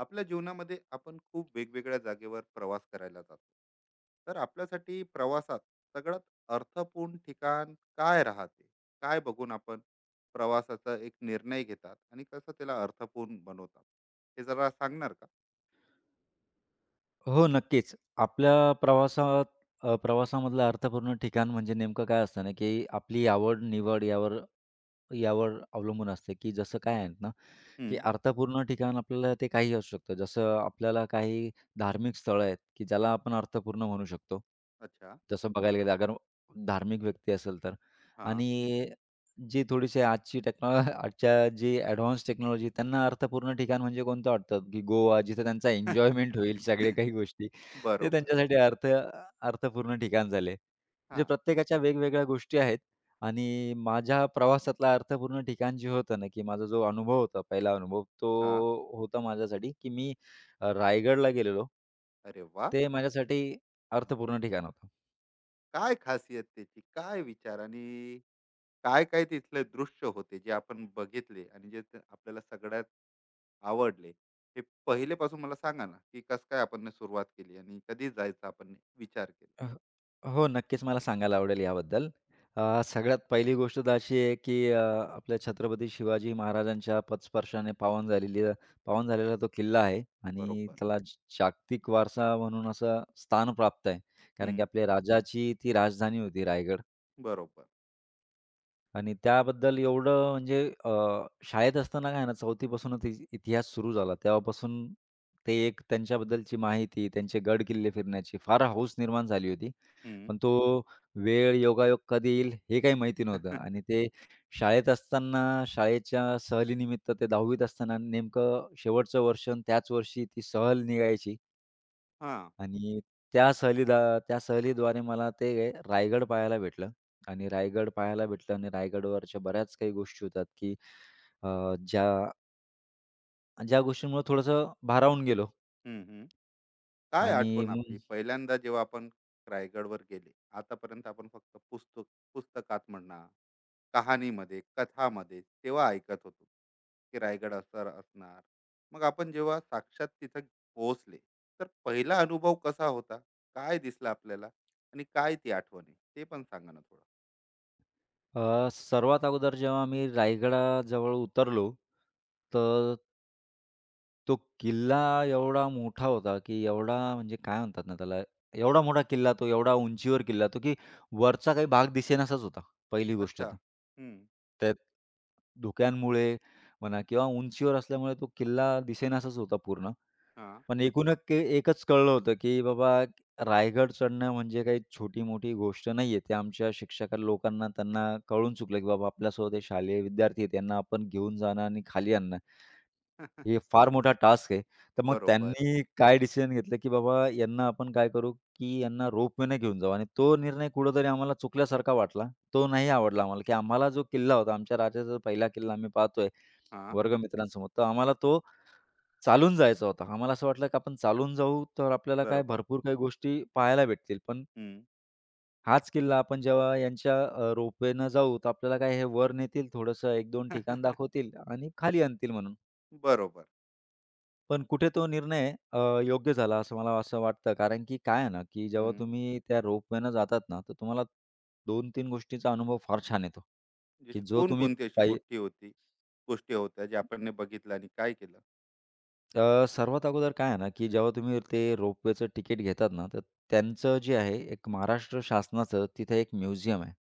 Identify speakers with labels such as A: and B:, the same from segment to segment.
A: आपल्या जीवनामध्ये आपण खूप वेगवेगळ्या जागेवर प्रवास करायला जातो. तर आपल्यासाठी प्रवासात सगळ्यात अर्थपूर्ण ठिकाण काय राहते? काय बघून आपण प्रवासाचा एक निर्णय घेतात आणि कसं त्याला अर्थपूर्ण बनवतात, हे जरा सांगणार का?
B: हो, नक्कीच. आपल्या प्रवासात प्रवासामधलं अर्थपूर्ण ठिकाण म्हणजे नेमकं काय असतं ना, की आपली आवड, निवड यावर यावर अवलंबून असते, की जसं काय आहे ना, की
A: हम्म,
B: अर्थपूर्ण ठिकाण आपल्याला ते काहीही असू शकतं. जसं आपल्याला काही धार्मिक स्थळं आहेत, की ज्याला आपण अर्थपूर्ण म्हणू शकतो.
A: अच्छा.
B: जसं बघायला गेलं अगर धार्मिक व्यक्ती असेल तर
A: हा.
B: आणि जी थोडीशी आजची टेक्नॉ आजच्या जी ॲडव्हान्स टेक्नॉलॉजी त्यांना अर्थपूर्ण ठिकाण म्हणजे कोणतं वाटतं, की गोवा जिथे त्यांचा एन्जॉयमेंट होईल सगळ्या काही गोष्टी. ते
A: बरोबर.
B: त्यांच्यासाठी अर्थपूर्ण ठिकाण झाले.
A: हा.
B: म्हणजे प्रत्येकाच्या वेगवेगळ्या गोष्टी आहेत आणि माझ्या प्रवासातला अर्थपूर्ण ठिकाण जे होतं ना, की माझा जो अनुभव होता, पहिला अनुभव तो
A: हा.
B: होता माझ्यासाठी, की मी रायगडला गेलेलो.
A: अरे वा.
B: ते माझ्यासाठी अर्थपूर्ण ठिकाण होतं.
A: काय खासियत त्याची, काय विचार आणि काय काय तिथले दृश्य होते जे आपण बघितले आणि जे ते आपल्याला सगळ्यात आवडले, हे पहिलेपासून मला सांगा ना, की कस काय आपण ने सुरुवात केली आणि कधी जायचं आपण ने विचार केला.
B: अ, हो, नक्कीच मला सांगायला आवडेल याबद्दल. सगळ्यात पहिली गोष्ट तर अशी आहे, की आपल्या छत्रपती शिवाजी महाराजांच्या पदस्पर्शाने पावन झालेला तो किल्ला आहे आणि
A: बरोबर.
B: त्याला जागतिक वारसा म्हणून असं स्थान प्राप्त आहे. कारण की
A: हम्म.
B: आपल्या राजाची ती राजधानी होती रायगड.
A: बरोबर.
B: आणि त्याबद्दल एवढं म्हणजे शाळेत असताना काय ना, 4थी पासूनच इतिहास सुरू झाला. तेव्हापासून ते एक त्यांच्याबद्दलची माहिती, त्यांचे गड-किल्ले फिरण्याची फार हौस निर्माण झाली होती.
A: हम्म.
B: पण तो वेळ, योगायोग कधी येईल हे काही माहिती नव्हतं आणि ते शाळेच्या सहलीनिमित्त ते 10वीत असताना नेमकं शेवटचं वर्ष अन् त्याच वर्षी ती सहल निघायची.
A: हा.
B: आणि त्या सहलीदा त्या सहलीद्वारे मला ते रायगड पाहायला भेटलं आणि रायगड पाहायला भेटलं आणि रायगडवरच्या बऱ्याच काही गोष्टी होतात, की अ, ज्या ज्या गोष्टींमुळे थोडंसं भारावून गेलो
A: हम्म. काय
B: आणि
A: आठवण
B: मग
A: आपली पहिल्यांदा जेव्हा आपण रायगडवर गेले? आतापर्यंत आपण फक्त पुस्तकात म्हणा, कहाणीमध्ये, कथामध्ये तेव्हा ऐकत होतो, की रायगड असणार असणार. मग आपण जेव्हा साक्षात तिथं पोहोचले, तर पहिला अनुभव कसा होता? काय दिसला आपल्याला आणि काय ती आठवण आहे, ते पण सांगा ना थोडं.
B: सर्वात अगोदर जेव्हा मी रायगडाजवळ उतरलो, तर तो किल्ला एवढा मोठा होता, की एवढा म्हणजे काय म्हणतात ना त्याला, एवढा मोठा किल्ला तो, एवढा उंचीवर किल्ला तो, की वरचा काही भाग दिसेनासाच होता, पहिली गोष्ट
A: अच्छा.
B: तर.
A: हम्म.
B: त्यात धुक्यांमुळे म्हणा किंवा उंचीवर असल्यामुळे तो किल्ला दिसेनासाच होता पूर्ण.
A: हा.
B: पण एकूण एक एकच कळलं होतं, की बाबा रायगड चढणं म्हणजे काही छोटी-मोठी गोष्ट नाहीये. ते आमच्या शिक्षक लोकांना त्यांना कळून चुकलं, की बाबा आपल्यासोबत हे शालेय विद्यार्थी आहेत, यांना आपण घेऊन जाणं आणि खाली आणणं हे फार मोठा टास्क आहे. तर मग
A: बरोबर.
B: त्यांनी काय डिसिजन घेतलं, की बाबा यांना आपण काय करू, की यांना रोपवेने घेऊन जाऊ आणि तो निर्णय कुठेतरी आम्हाला चुकल्यासारखा वाटला. तो नाही आवडला आम्हाला, की आम्हाला जो किल्ला होता, आमच्या राज्याचा पहिला किल्ला आम्ही पाहतोय
A: हा.
B: वर्गमित्रांसमोर, तर आम्हाला तो चालून जायचा होता. आम्हाला असं वाटलं, की आपण चालून जाऊ, तर आपल्याला काय
A: बरोबर.
B: भरपूर काही गोष्टी पाहायला भेटतील. पण
A: हम्म.
B: हाच किल्ला आपण जेव्हा यांच्या रोपवेनं जाऊ, तर आपल्याला काय हे वर नेतील, थोडंसं 1-2 ठिकाण दाखवतील आणि खाली आणतील म्हणून.
A: बरोबर.
B: पण कुठे तो निर्णय योग्य झाला असं मला वाटतं. कारण की काय आहे ना, की जेव्हा
A: हम्म.
B: तुम्ही त्या रोपवेनं जातात ना, तर तुम्हाला 2 तीन गोष्टींचा अनुभव फार छान येतो, की
A: जशी
B: जो तुम्ही
A: कोणकोणती अशी
B: पाहि
A: गोष्टी होती, गोष्टी होत्या जे आपण बघितलं आणि काय केलं?
B: सर्वात अगोदर काय आहे ना, की जेव्हा तुम्ही ते रोपवेचं तिकीट घेतात ना, तर त्यांचं जे आहे एक महाराष्ट्र शासनाचं तिथे एक म्युझियम आहे.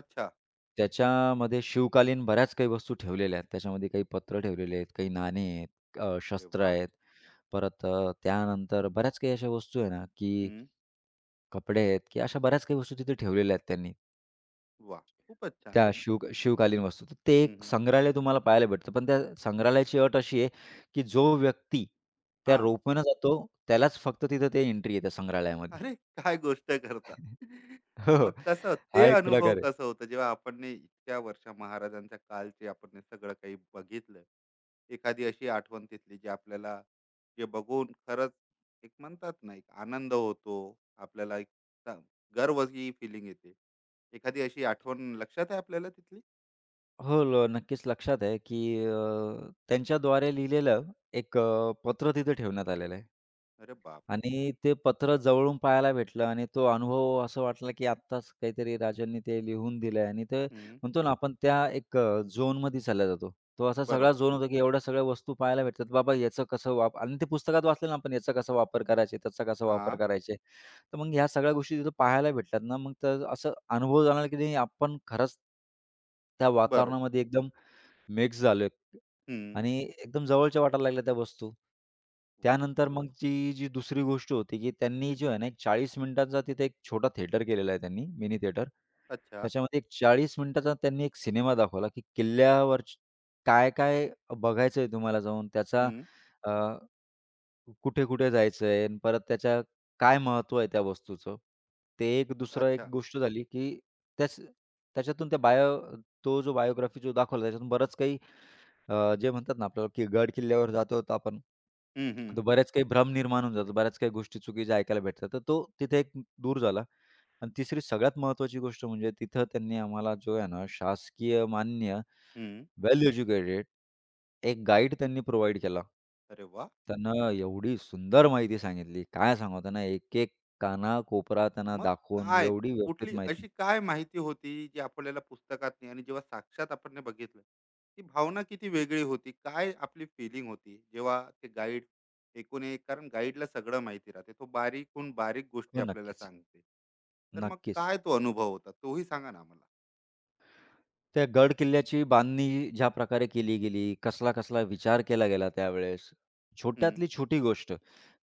A: अच्छा.
B: त्याच्यामध्ये शिवकालीन बऱ्याच काही वस्तू ठेवलेल्या आहेत. त्याच्यामध्ये काही पत्र ठेवलेले आहेत, काही नाणी आहेत,
A: अरे
B: शस्त्र
A: वा.
B: आहेत. परत त्यानंतर बऱ्याच काही अशा वस्तू आहे ना, की
A: हं.
B: कपडे आहेत, की अशा बऱ्याच काही वस्तू तिथे ठेवलेल्या आहेत त्यांनी.
A: वाह! खूपच छान.
B: त्या हं. शिवकालीन वस्तू. तर ते
A: हं,
B: एक
A: हं.
B: संग्रहालय तुम्हाला पाहायला भेटतं. पण त्या संग्रहालयाची अट अशी आहे, की जो व्यक्ती त्या
A: हां.
B: रोपवेनं जातो, त्यालाच फक्त तिथं ते एंट्री आहे त्या संग्रहालयामध्ये.
A: अरे काय गोष्ट करता.
B: हो, हो.
A: मग कसं ते
B: हा एक
A: अनुभव
B: प्रकार आहे.
A: कसं होतं जेव्हा आपण इतक्या वर्ष महाराजांच्या कालचे आपण सगळं काही बघितलं. एखादी अशी आठवण तिथली जी आपल्याला, जे बघून खरंच एक म्हणतात ना, एक आनंद होतो. आपल्याला एक चा गर्व ही फीलिंग येते. एखादी अशी आठवण लक्षात आहे आपल्याला तिथली?
B: हो, नक्कीच लक्षात आहे, की त्यांच्याद्वारे लिहिलेलं एक पत्र तिथे ठेवण्यात आलेलं आहे.
A: अरे बापरे!
B: आणि ते पत्र जवळून पाहायला भेटलं आणि तो अनुभव असं वाटला, की आत्ताच काहीतरी राजांनी ते लिहून दिलंय आणि ते
A: हं.
B: म्हणतो ना आपण त्या एक झोनमध्ये चालला जातो. तो असा सगळा
A: बरोबर.
B: झोन होता, की एवढ्या सगळ्या वस्तू पाहायला भेटतात. बाबा याचं कसं वाप आणि ते पुस्तकात वाचलं ना आपण याचा कसा वापर करायचा, त्याचा कसा वापर
A: हां,
B: करायचा. तर मग ह्या सगळ्या गोष्टी तिथं पाहायला भेटल्यात ना, मग तर असं अनुभव जाणवला, की नाही आपण खरंच त्या
A: बरोबर.
B: वातावरणामध्ये एकदम मिक्स झालोय.
A: हं.
B: आणि एकदम जवळच्या वाटायला लागल्या त्या वस्तू.
A: वाह!
B: त्यानंतर हो. मग ती जी दुसरी गोष्ट होती, की त्यांनी जो आहे ना, एक 40 मिनिटांचा तिथे एक छोटा थिएटर केलेला आहे त्यांनी, मिनी थिएटर.
A: अच्छा.
B: त्याच्यामध्ये एक 40 मिनिटाचा त्यांनी एक सिनेमा दाखवला, की किल्ल्यावर काय-काय बघायचंय तुम्हाला जाऊन, त्याचा
A: हं.
B: अ, कुठे-कुठे जायचंय आणि परत त्याच्या काय महत्त्व आहे त्या वस्तूचं. ते एक दुसरं एक
A: अच्छा.
B: गोष्ट झाली, की त्याच त्याच्यातून त्या बायो तो जो बायोग्राफी जो दाखवला त्याच्यातून बरंच काही जे म्हणतात ना आपल्याला की गड किल्ल्यावर जातो तर आपण,
A: हं, हं.
B: तर बऱ्याच काही भ्रम निर्माण होऊन जातो. बऱ्याच काही गोष्टी चुकीच्या ऐकायला भेटतात. तर तो तिथे एक दूर झाला. आणि तिसरी सगळ्यात महत्त्वाची गोष्ट म्हणजे तिथं त्यांनी आम्हाला जो आहे ना शासकीय मान्य,
A: हं.
B: वेल एज्युकेटेड एक गाईड त्यांनी प्रोव्हाईड केला.
A: अरे वाह!
B: त्यानं एवढी सुंदर माहिती सांगितली. काय सांगावं त्यांना एक-एक काना कोपरा त्यांना
A: मग
B: दाखवून
A: काय
B: एवढी व्यवस्थित
A: कुठली
B: माहिती.
A: अशी काय माहिती होती जी आपल्याला पुस्तकात नाही, आणि जेव्हा साक्षात आपण ते बघितलं, ती भावना किती वेगळी होती? काय आपली फीलिंग होती जेव्हा ते गाईड, एकूण एक, कारण गाईडला सगळं माहिती राहते. तो बारीकहून बारीक गोष्टी
B: हो,
A: आपल्याला
B: नक्कीच.
A: सांगते. तर मग
B: नक्कीच.
A: काय तो अनुभव होता, तोही सांगा ना आम्हाला?
B: त्या गड किल्ल्याची बांधणी ज्या प्रकारे केली गेली, कसला-कसला विचार केला गेला त्यावेळेस.
A: हं.
B: छोट्यातली छोटी गोष्ट.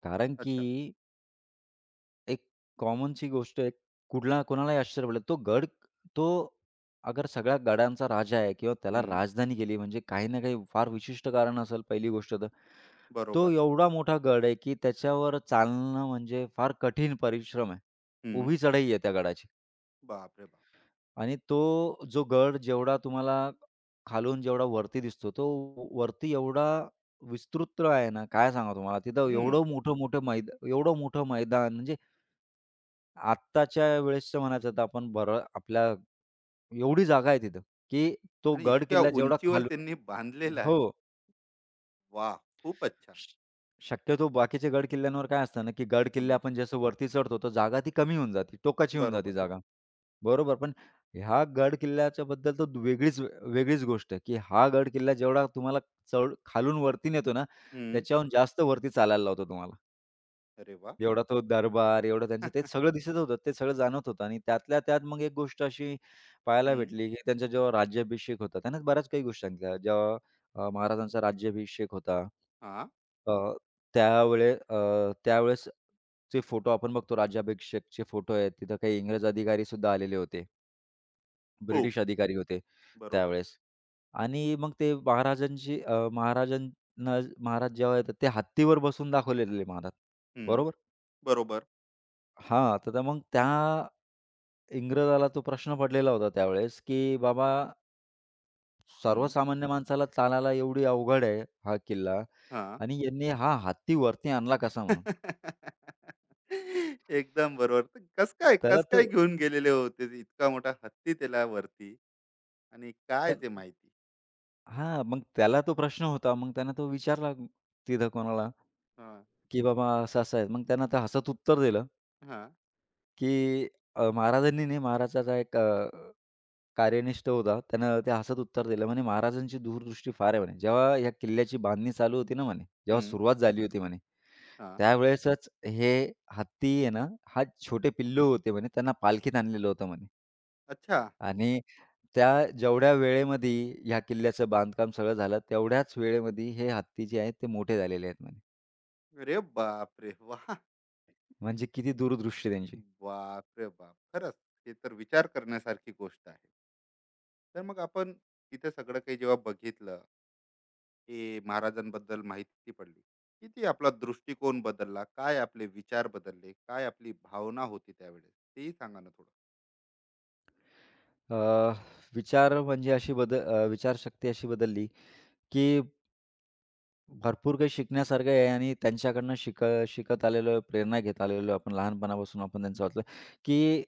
B: कारण
A: अच्छा.
B: की एक कॉमनची गोष्ट आहे, कुठला कोणालाही आश्चर्य पडेल. तो अगर सगळ्या गडांचा राजा आहे किंवा त्याला
A: हं.
B: राजधानी केली म्हणजे काही ना काही फार विशिष्ट कारण असेल पहिली गोष्ट तर. तो
A: बरोबर.
B: एवढा मोठा गड आहे, की त्याच्यावर चालणं म्हणजे फार कठीण परिश्रम आहे.
A: हं.
B: उभी चढाई आहे त्या गडाची.
A: बापरे बाप!
B: आणि तो जो गड जेवढा तुम्हाला खालून जेवढा वरती दिसतो, तो वरती एवढा विस्तृत आहे ना, काय सांगावं तुम्हाला. तिथं
A: हं.
B: एवढं मोठं मैदान म्हणजे आत्ताच्या वेळेसचं म्हणायचं तर आपण बरं आपल्या एवढी जागा आहे तिथं, की तो
A: आणि
B: गड
A: इतक्या
B: किल्ला जेवढा
A: उंचीवर
B: खालून
A: त्यांनी बांधलेलं
B: हो.
A: आहे. वाह! खूपच छान.
B: श शक्यतो बाकीचे गड किल्ल्यांवर काय असतं ना, की गड किल्ले
A: हं,
B: आपण जसं वरती चढतो, तर जागा ती कमी होऊन जाते, टोकाची होऊन जाते
A: बरोबर.
B: जागा. बरोबर. पण ह्या गड किल्ल्याच्याबद्दल तर वेगळीच वेगळीच गोष्ट आहे, की हा गड किल्ला जेवढा तुम्हाला खालून वरती नेतो ना,
A: हं.
B: त्याच्याहून जास्त वरती चालायला लावतो तुम्हाला.
A: अरे वाह!
B: एवढा तो दरबार, एवढं त्यांचं ते सगळं दिसत होतं. ते सगळं जाणवत होतं आणि त्यातल्या त्यात मग एक गोष्ट अशी पाहायला
A: हं.
B: भेटली, की त्यांचा जेव्हा राज्याभिषेक होता, त्यानं बऱ्याच काही गोष्टी सांगितल्या. जेव्हा महाराजांचा राज्याभिषेक होता,
A: हां.
B: अ, त्यावेळेस जे फोटो आपण बघतो राज्याभिषेकचे फोटो आहेत, तिथं काही इंग्रज अधिकारीसुद्धा आलेले होते.
A: हो,
B: ब्रिटिश अधिकारी होते
A: बरोबर.
B: त्यावेळेस आणि मग ते महाराजांची अ, महाराजांना महाराज जेव्हा येतात, ते हत्तीवर बसून दाखवलेले महाराज.
A: हं.
B: बरोबर?
A: बरोबर.
B: हां, तर त्या इंग्रजाला तो प्रश्न पडलेला होता त्यावेळेस, की बाबा
A: हं.
B: सर्वसामान्य माणसाला चालायला एवढी अवघड आहे हा किल्ला
A: हां.
B: आणि यांनी हा हत्ती वरती आणला कसा म्हणून.
A: एकदम बरोबर. तर कसं काय,
B: त्याला
A: कसं काय
B: तो
A: घेऊन गेलेले होते ते? इतका मोठा हत्ती त्याला वरती, आणि काय
B: त्या
A: ते माहिती?
B: हां, मग त्याला तो प्रश्न होता. मग त्यानं तो विचारला तिथं कोणाला,
A: हां,
B: की बाबा असं-असं आहे. मग त्यानं तर हसत उत्तर दिलं,
A: हां.
B: की अ, महाराजांनी नाही महाराजाचा एक कार्यनिष्ठ होता. त्यानं ते हसत उत्तर दिलं म्हणे, "महाराजांची दूरदृष्टी फार आहे" म्हणे. "जेव्हा या किल्ल्याची बांधणी चालू होती ना" म्हणे, "जेव्हा
A: हं.
B: सुरुवात झाली होती" म्हणे,
A: हां.
B: "त्यावेळेसच हे हत्ती आहे ना, हा छोटे पिल्लू होते" म्हणे, "त्यांना पालखीत आणलेलं होतं" म्हणे.
A: अच्छा.
B: आणि त्या जेवढ्या वेळेमध्ये ह्या किल्ल्याचं बांधकाम सगळं झालं, तेवढ्याच वेळेमध्ये हे हत्ती जे आहेत ते मोठे झालेले आहेत म्हणे.
A: अरे बापरे! वाह!
B: म्हणजे किती दूरदृष्टी त्यांची.
A: बाप रे बाप, खरंच हे तर विचार करण्यासारखी गोष्ट आहे. तर मग आपण तिथे सगळं काही जेव्हा बघितलं, की महाराजांबद्दल माहिती पडली, किती आपला दृष्टिकोन बदलला, काय आपले विचार बदलले, काय आपली भावना होती त्यावेळेस, तेही सांगा ना थोडं.
B: अ, विचार म्हणजे अशी बदल अ, विचारशक्ती अशी बदलली, की भरपूर काही शिकण्यासारखं आहे आणि त्यांच्याकडनं शिकत आलेलो आहे, प्रेरणा घेत आलेलो आहे आपण लहानपणापासून. आपण त्यांचं वाटलं, की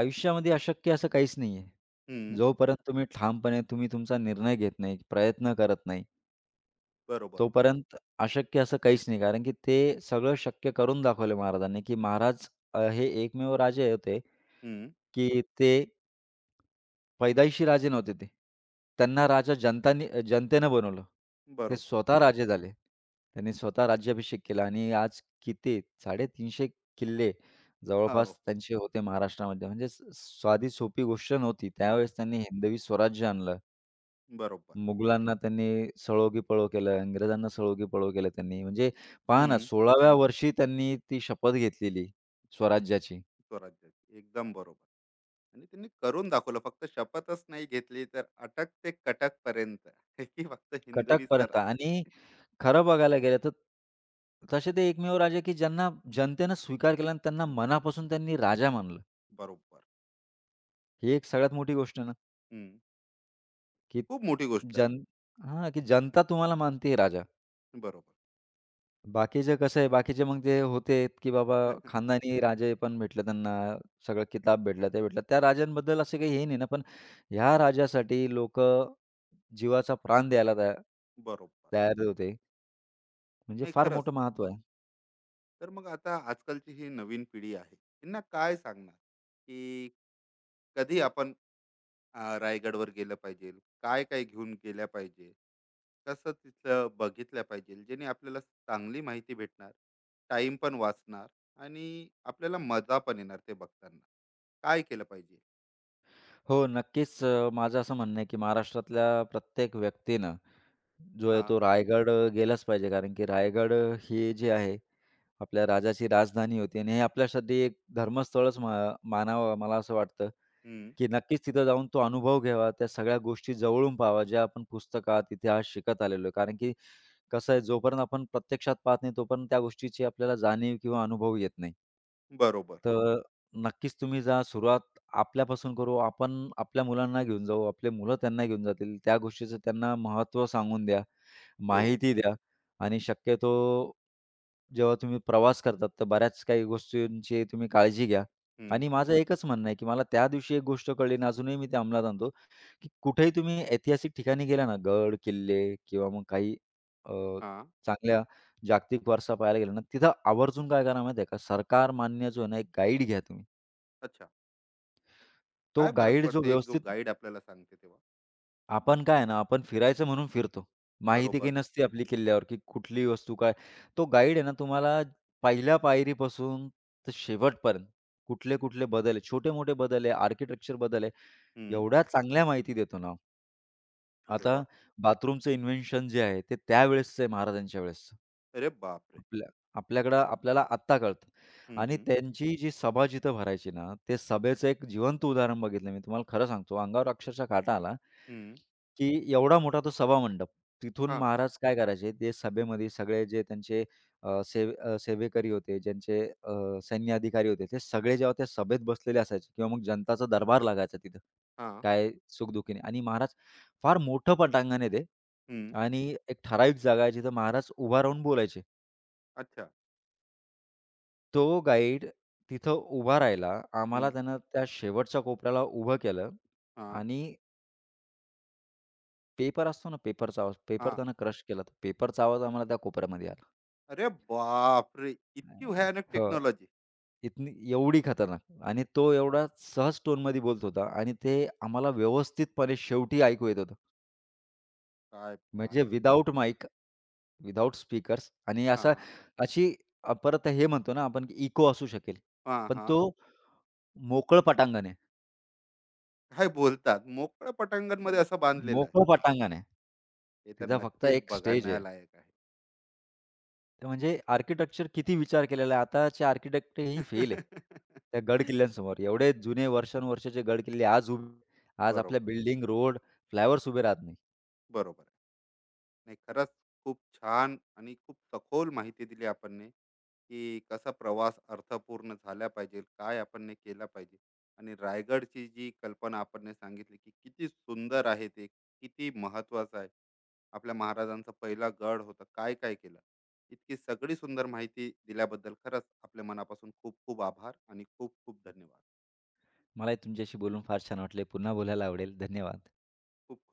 B: आयुष्यामध्ये अशक्य असं काहीच नाहीये.
A: हम्म.
B: जोपर्यंत ठामपणे तुम्ही तुमचा निर्णय घेत नाही, प्रयत्न करत नाही,
A: बरोबर.
B: तोपर्यंत अशक्य असं काहीच नाही. कारण की ते सगळं शक्य करून दाखवलं महाराजांनी, की हे एकमेव राजे होते,
A: हम्म.
B: की ते पैदाइशी राजे नव्हते ते. त्यांना राजा जनतेनं बनवलं. ते
A: बरोबर.
B: स्वतः हं. राजे झाले. त्यांनी स्वतः राज्याभिषेक केला आणि आज किती 350 किल्ले
A: हो, हो.
B: जवळपास त्यांचे होते महाराष्ट्रामध्ये. म्हणजे स साधी सोपी गोष्ट नव्हती.
A: नव्हतं.
B: त्यावेळेस त्यांनी हिंदवी स्वराज्य आणलं.
A: बरोबर.
B: मुघलांना त्यांनी सळोगीपळो केलं, इंग्रजांना सळोगीपळो केलं त्यांनी. म्हणजे पहा ना
A: हम्म.
B: 16व्या वर्षी त्यांनी ती शपथ घेतलेली स्वराज्याची.
A: स्वराज्याची, एकदम बरोबर. आणि त्यांनी करून दाखवलं. फक्त शपथच नाही घेतली, तर अटक ते कटकपर्यंत. की फक्त हिंदवी सर,
B: कटकपर्यंत आणि खरं बघायला गेलं तर तसे ते एकमेव राजे, की ज्यांना जनतेनं स्वीकार केला आणि त्यांना मनापासून त्यांनी राजा मानलं.
A: बरोबर.
B: ही एक सगळ्यात मोठी गोष्ट आहे ना,
A: हं.
B: की
A: खूप मोठी गोष्ट आहे.
B: जन हां, की जनता तुम्हाला मानते राजा.
A: बरोबर.
B: बाकीचे कसं आहे, बाकीचे मग ते होते, की बाबा खानदानी राजे पण भेटले त्यांना, सगळं किताब भेटला, ते भेटलं. त्या राजांबद्दल असं काही हे नाही ना, पण ह्या राजासाठी लोकं जीवाचा प्राण द्यायला तया
A: बरोबर.
B: तयार होते. म्हणजे
A: नाही
B: फार
A: खरंच.
B: मोठं महत्त्व आहे.
A: तर मग आता आजकालची ही नवीन पिढी आहे. त्यांना काय सांगणार, की कधी आपण रायगडवर गेलं पाहिजे, काय काय घेऊन गेल्या पाहिजे, कसं तिथलं बघितलं पाहिजे, जेणे आपल्याला चांगली माहिती भेटणार, टाईम पण वाचणार आणि आपल्याला मजा पण येणार ते बघताना. काय केलं पाहिजे?
B: हो, नक्कीच. माझं असं म्हणणं आहे, की महाराष्ट्रातल्या प्रत्येक व्यक्तीनं जो आहे
A: हां,
B: तो रायगड गेलाच पाहिजे. कारण की रायगड हे जे आहे आपल्या राजाची राजधानी होती आणि हे आपल्यासाठी एक धर्मस्थळच मानावं मला असं वाटतं,
A: हं,
B: की नक्कीच तिथं जाऊन तो अनुभव घ्यावा. त्या सगळ्या गोष्टी जवळून पाहावा, ज्या आपण पुस्तकात, इतिहास शिकत आलेलो आहे. कारण की कसं आहे जोपर्यंत आपण प्रत्यक्षात पाहत नाही, तोपर्यंत त्या गोष्टीची आपल्याला जाणीव किंवा अनुभव येत नाही.
A: बरोबर.
B: तर नक्कीच तुम्ही जा. सुरुवात आपल्यापासून करू. आपण आपल्या मुलांना घेऊन जाऊ. आपले मुलं त्यांना घेऊन जातील. त्या गोष्टीचं त्यांना महत्त्व सांगून द्या,
A: हो,
B: माहिती द्या आणि शक्यतो जेव्हा तुम्ही प्रवास करतात, तर बऱ्याच काही गोष्टींची तुम्ही काळजी घ्या
A: हं,
B: आणि माझं एकच म्हणणं आहे, की मला त्या दिवशी एक गोष्ट कळली आणि अजूनही मी ते अंमलात आणतो. की कुठेही तुम्ही ऐतिहासिक ठिकाणी गेला ना, गड, किल्ले किंवा मग काही अ,
A: हां,
B: चांगल्या जागतिक वारसा पाहायला गेला ना, तिथं आवर्जून काय करा माहिती आहे का, सरकार मान्य जो आहे ना, एक गाईड घ्या तुम्ही.
A: अच्छा.
B: तो
A: काय फरक
B: गाईड जो
A: पडते एक जो
B: व्यवस्थित
A: गाईड आपल्याला सांगते तेव्हा?
B: आपण काय आहे ना, आपण फिरायचं म्हणून फिरतो. माहिती काही
A: बरोबर.
B: नसते आपली किल्ल्यावर, की कुठली वस्तू काय. तो गाईड आहे ना, तुम्हाला पहिल्या पायरीपासून तर शेवटपर्यंत कुठले-कुठले बदल आहे, छोटे-मोठे बदल आहे, आर्किटेक्चर बदल आहे,
A: हं,
B: एवढ्या चांगल्या माहिती देतो ना.
A: अरे
B: आता
A: वाह!
B: बाथरूमचं इन्व्हेन्शन जे आहे, ते त्यावेळेसचं आहे महाराजांच्या वेळेसचं.
A: अरे बापरे!
B: आपल्या आपल्याकडं आपल्याला आत्ता कळतं
A: हं,
B: आणि
A: हं,
B: त्यांची जी सभा जिथं भरायची ना, ते सभेचं एक जिवंत उदाहरण बघितलं मी. तुम्हाला खरं सांगतो, अंगावर अक्षरशः काटा आला.
A: हं,
B: की एवढा मोठा तो सभामंडप. तिथून
A: हां,
B: महाराज काय करायचे, ते सभेमध्ये सगळे जे त्यांचे सेवेकरी होते, ज्यांचे सैन्य अधिकारी होते, ते सगळे जेव्हा त्या सभेत बसलेले असायचे किंवा मग जनताचा दरबार लागायचा तिथं.
A: हां,
B: काय सुखदुःखीने आणि महाराज फार मोठं पटांगण आहे ते
A: हं,
B: आणि एक ठराविक जागा आहे जिथं महाराज उभा राहून बोलायचे.
A: अच्छा.
B: तो गाईड तिथं उभा राहिला.
A: हं,
B: आम्हाला त्यानं त्या शेवटच्या कोपऱ्याला उभं केलं
A: हां,
B: आणि पेपर असतो ना पेपरचा आवाज. पेपर त्यानं क्रश केला. तर पेपरचा आवाज आम्हाला त्या कोपऱ्यामध्ये आला.
A: अरे बापरे! इतकी
B: अ,
A: भयानक
B: हो.
A: टेक्नॉलॉजी.
B: एवढी खतरनाक आणि तो एवढा सहज टोनमध्ये बोलत होता आणि ते आम्हाला व्यवस्थितपणे शेवटी ऐकू येत होतं.
A: काय बात.
B: म्हणजे विदाऊट माईक, विदाऊट स्पीकर्स आणि
A: हां,
B: अशी परत हे म्हणतो ना आपण की इको असू शकेल.
A: हां,
B: पण
A: हां.
B: तो मोकळं पटांगण आहे.
A: काय बोलतात? मोकळं पटांगणमध्ये असं बांधलेलं आहे.
B: मोकळं पटांगण आहे.
A: हे तर
B: तिथं फक्त
A: नक्कीच
B: एक स्टेज आहे.
A: बघण्यालायक आहे.
B: तर म्हणजे आर्किटेक्चर किती विचार केलेला आहे. आताचे आर्किटेक्ट ही फेल आहे. त्या गड किल्ल्यांसमोर एवढे जुने वर्षानुवर्षाचे गड किल्ले आज उभे आज आपल्या
A: बरोबर,
B: बिल्डिंग, रोड, फ्लायओव्हर्स उभे राहत नाही.
A: बरोबर. नाही खरंच, खूप छान आणि खूप सखोल माहिती दिली आपणने, की कसा प्रवास अर्थपूर्ण झाला पाहिजे, काय आपणने केला पाहिजे, आणि रायगडची जी कल्पना आपणने सांगितली, की किती सुंदर आहे ते, किती महत्वाचं आहे, आपल्या महाराजांचा पहिला गड होता, काय काय केलं. इतकी सगळी सुंदर माहिती दिल्याबद्दल खरंच आपल्या मनापासून खूप खूप आभार आणि खूप खूप धन्यवाद.
B: मलाही तुमच्याशी बोलून फार छान वाटले. पुन्हा बोलायला आवडेल. धन्यवाद.
A: खूप खूप